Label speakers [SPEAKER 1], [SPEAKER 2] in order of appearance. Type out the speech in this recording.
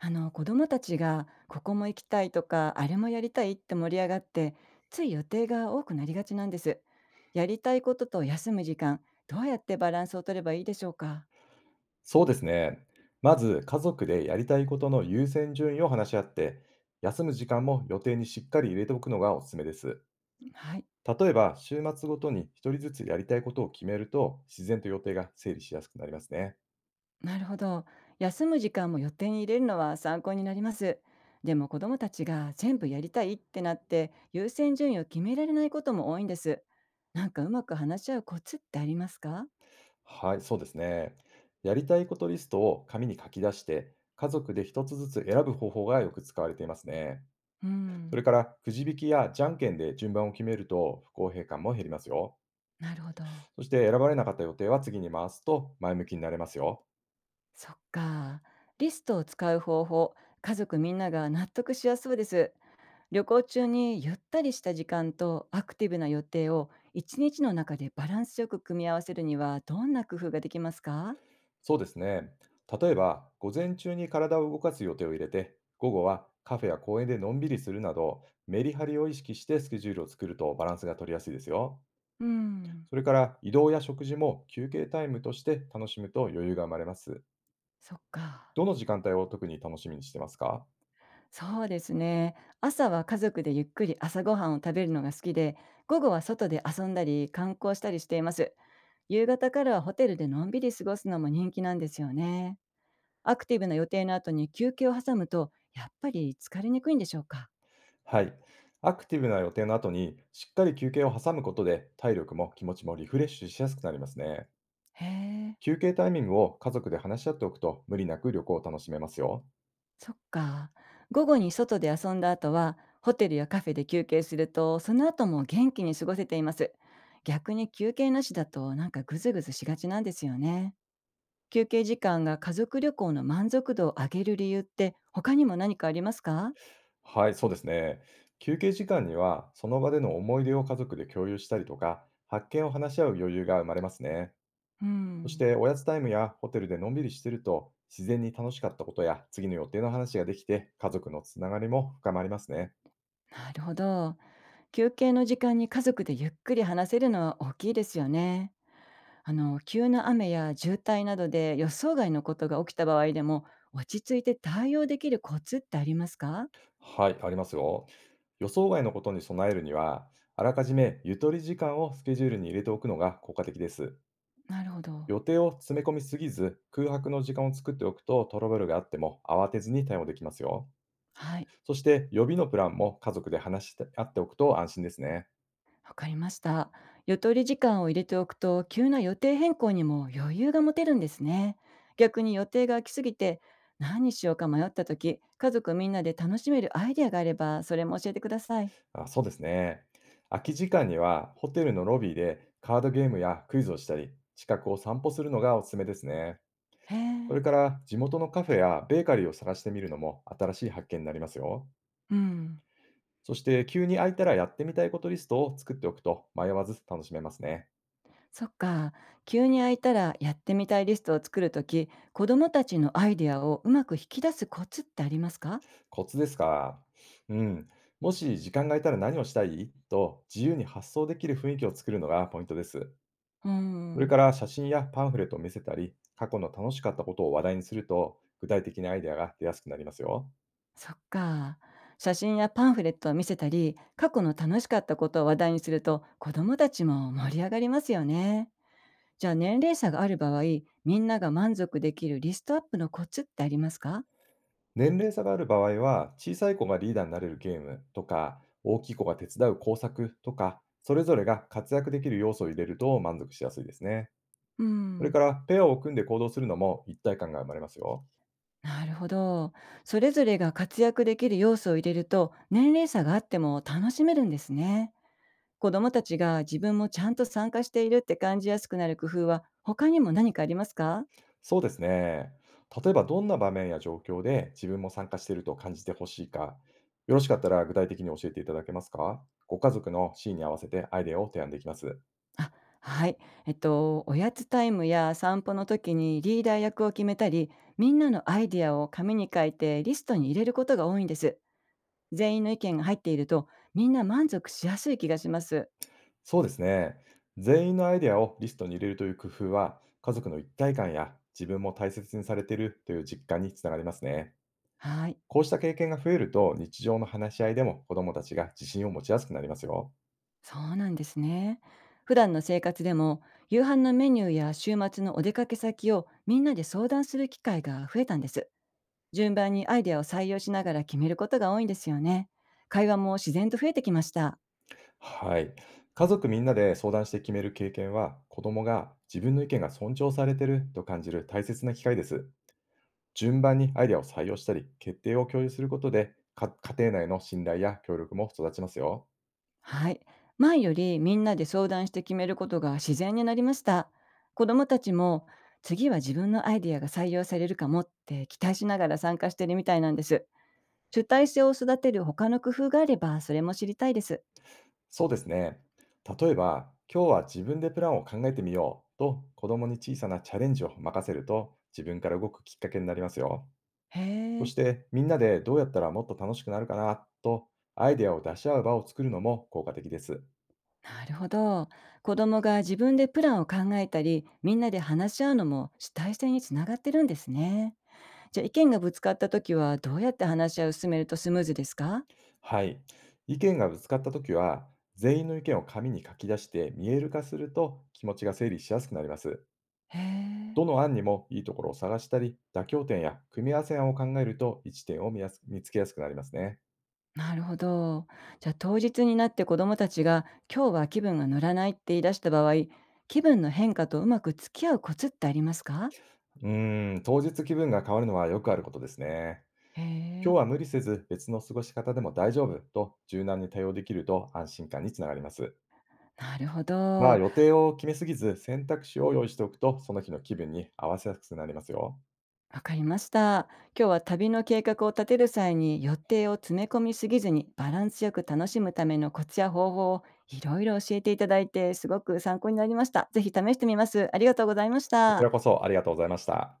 [SPEAKER 1] 子供たちがここも行きたいとかあれもやりたいって盛り上がって、つい予定が多くなりがちなんです。やりたいことと休む時間、どうやってバランスを取ればいいでしょうか？
[SPEAKER 2] そうですね。まず、家族でやりたいことの優先順位を話し合って、休む時間も予定にしっかり入れておくのがおすすめです。
[SPEAKER 1] はい。
[SPEAKER 2] 例えば、週末ごとに一人ずつやりたいことを決めると、自然と予定が整理しやすくなりますね。
[SPEAKER 1] なるほど。休む時間も予定に入れるのは参考になります。でも子供たちが全部やりたいってなって、優先順位を決められないことも多いんです。なんかうまく話し合うコツってありますか？
[SPEAKER 2] はい、そうですね。やりたいことリストを紙に書き出して、家族で一つずつ選ぶ方法がよく使われていますね。
[SPEAKER 1] う
[SPEAKER 2] そ
[SPEAKER 1] ん。
[SPEAKER 2] れから、くじ引きやじゃんけんで順番を決めると、不公平感も減りますよ。
[SPEAKER 1] なるほど。
[SPEAKER 2] そして、選ばれなかった予定は次に回すと前向きになれますよ。
[SPEAKER 1] そっか。リストを使う方法、家族みんなが納得しやすそうです。旅行中にゆったりした時間とアクティブな予定を一日の中でバランスよく組み合わせるには、どんな工夫ができますか？
[SPEAKER 2] そうですね。例えば、午前中に体を動かす予定を入れて、午後はカフェや公園でのんびりするなど、メリハリを意識してスケジュールを作るとバランスが取りやすいですよ。
[SPEAKER 1] うん、
[SPEAKER 2] それから、移動や食事も休憩タイムとして楽しむと余裕が生まれます。
[SPEAKER 1] そっか。
[SPEAKER 2] どの時間帯を特に楽しみにしてますか？
[SPEAKER 1] そうですね。朝は家族でゆっくり朝ごはんを食べるのが好きで、午後は外で遊んだり観光したりしています。夕方からはホテルでのんびり過ごすのも人気なんですよね。アクティブな予定の後に休憩を挟むと、やっぱり疲れにくいんでしょうか？
[SPEAKER 2] はい。アクティブな予定の後に、しっかり休憩を挟むことで、体力も気持ちもリフレッシュしやすくなりますね。
[SPEAKER 1] へえ。
[SPEAKER 2] 休憩タイミングを家族で話し合っておくと、無理なく旅行を楽しめますよ。
[SPEAKER 1] そっか。午後に外で遊んだ後は、ホテルやカフェで休憩すると、その後も元気に過ごせています。逆に休憩なしだと、なんかグズグズしがちなんですよね。休憩時間が家族旅行の満足度を上げる理由って、他にも何かありますか？
[SPEAKER 2] はい、そうですね。休憩時間には、その場での思い出を家族で共有したりとか、発見を話し合う余裕が生まれますね。
[SPEAKER 1] う
[SPEAKER 2] そし
[SPEAKER 1] ん、
[SPEAKER 2] て、おやつタイムやホテルでのんびりしてると、自然に楽しかったことや次の予定の話ができて、家族のつながりも深まりますね。
[SPEAKER 1] なるほど。休憩の時間に家族でゆっくり話せるのは大きいですよね。急な雨や渋滞などで予想外のことが起きた場合でも、落ち着いて対応できるコツってありますか？
[SPEAKER 2] はい、ありますよ。予想外のことに備えるには、あらかじめゆとり時間をスケジュールに入れておくのが効果的です。
[SPEAKER 1] なるほど。
[SPEAKER 2] 予定を詰め込みすぎず、空白の時間を作っておくとトラブルがあっても慌てずに対応できますよ。
[SPEAKER 1] はい、
[SPEAKER 2] そして、予備のプランも家族で話して合っておくと安心ですね。
[SPEAKER 1] わかりました。ゆとり時間を入れておくと急な予定変更にも余裕が持てるんですね。逆に予定が空きすぎて何にしようか迷った時、家族みんなで楽しめるアイデアがあれば、それも教えてください。
[SPEAKER 2] あ、そうですね。空き時間にはホテルのロビーでカードゲームやクイズをしたり、近くを散歩するのがおすすめですね。
[SPEAKER 1] へ
[SPEAKER 2] そ
[SPEAKER 1] え。
[SPEAKER 2] れから、地元のカフェやベーカリーを探してみるのも新しい発見になりますよ。
[SPEAKER 1] うん、
[SPEAKER 2] そして、急に空いたらやってみたいことリストを作っておくと迷わず楽しめますね。
[SPEAKER 1] そっか。急に空いたらやってみたいリストを作るとき、子どもたちのアイデアをうまく引き出すコツってありますか？
[SPEAKER 2] コツですか。うん。もし時間が空いたら何をしたいと自由に発想できる雰囲気を作るのがポイントです。
[SPEAKER 1] うー
[SPEAKER 2] それ
[SPEAKER 1] ん。
[SPEAKER 2] から、写真やパンフレットを見せたり、過去の楽しかったことを話題にすると、具体的なアイデアが出やすくなりますよ。
[SPEAKER 1] そっか。写真やパンフレットを見せたり、過去の楽しかったことを話題にすると、子どもたちも盛り上がりますよね。じゃあ、年齢差がある場合、みんなが満足できるリストアップのコツってありますか？
[SPEAKER 2] 年齢差がある場合は、小さい子がリーダーになれるゲームとか、大きい子が手伝う工作とか、それぞれが活躍できる要素を入れると満足しやすいですね。
[SPEAKER 1] うー
[SPEAKER 2] それか
[SPEAKER 1] ん。
[SPEAKER 2] ら、ペアを組んで行動するのも一体感が生まれますよ。
[SPEAKER 1] なるほど。それぞれが活躍できる要素を入れると、年齢差があっても楽しめるんですね。子どもたちが自分もちゃんと参加しているって感じやすくなる工夫は、他にも何かありますか？
[SPEAKER 2] そうですね。例えば、どんな場面や状況で自分も参加していると感じてほしいか、よろしかったら具体的に教えていただけますか？ご家族のシーンに合わせてアイデアを提案できます。
[SPEAKER 1] あ、はい。おやつタイムや散歩の時にリーダー役を決めたり、みんなのアイディアを紙に書いてリストに入れることが多いんです。全員の意見が入っていると、みんな満足しやすい気がします。
[SPEAKER 2] そうですね。全員のアイデアをリストに入れるという工夫は、家族の一体感や自分も大切にされているという実感につながりますね。
[SPEAKER 1] はい。
[SPEAKER 2] こうした経験が増えると、日常の話し合いでも子どもたちが自信を持ちやすくなりますよ。
[SPEAKER 1] そうなんですね。普段の生活でも、夕飯のメニューや週末のお出かけ先をみんなで相談する機会が増えたんです。順番にアイデアを採用しながら決めることが多いんですよね。会話も自然と増えてきました。
[SPEAKER 2] はい。家族みんなで相談して決める経験は、子供が自分の意見が尊重されてると感じる大切な機会です。順番にアイデアを採用したり、決定を共有することで、か家庭内の信頼や協力も育ちますよ。
[SPEAKER 1] はい。前よりみんなで相談して決めることが自然になりました。子どもたちも、次は自分のアイデアが採用されるかもって期待しながら参加してるみたいなんです。主体性を育てる他の工夫があれば、それも知りたいです。
[SPEAKER 2] そうですね。例えば、今日は自分でプランを考えてみようと、子供に小さなチャレンジを任せると、自分から動くきっかけになりますよ。
[SPEAKER 1] へ
[SPEAKER 2] そ
[SPEAKER 1] え。
[SPEAKER 2] して、みんなでどうやったらもっと楽しくなるかなと、アイデアを出し合う場を作るのも効果的です。
[SPEAKER 1] なるほど。子供が自分でプランを考えたり、みんなで話し合うのも主体性につながってるんですね。じゃあ、意見がぶつかった時は、どうやって話し合いを進めるとスムーズですか？
[SPEAKER 2] はい。意見がぶつかったときは、全員の意見を紙に書き出して見える化すると気持ちが整理しやすくなります。
[SPEAKER 1] へえ。
[SPEAKER 2] どの案にもいいところを探したり、妥協点や組み合わせ案を考えると一致点を見やす見つけやすくなりますね。
[SPEAKER 1] なるほど。じゃあ、当日になって子どもたちが「今日は気分が乗らない」って言い出した場合、気分の変化とうまく付き合うコツってありますか？
[SPEAKER 2] うーん、当日気分が変わるのはよくあることですね。
[SPEAKER 1] へ
[SPEAKER 2] 今
[SPEAKER 1] え。
[SPEAKER 2] 日は無理せず別の過ごし方でも大丈夫と柔軟に対応できると安心感につながります。
[SPEAKER 1] なるほ
[SPEAKER 2] まあ、
[SPEAKER 1] ど。
[SPEAKER 2] 予定を決めすぎず選択肢を用意しておくとその日の気分に合わせやすくなりますよ。
[SPEAKER 1] わかりました。今日は旅の計画を立てる際に予定を詰め込みすぎずに、バランスよく楽しむためのコツや方法をいろいろ教えていただいて、すごく参考になりました。ぜひ試してみます。ありがとうございまし
[SPEAKER 2] こち
[SPEAKER 1] た。
[SPEAKER 2] らこそありがとうございました。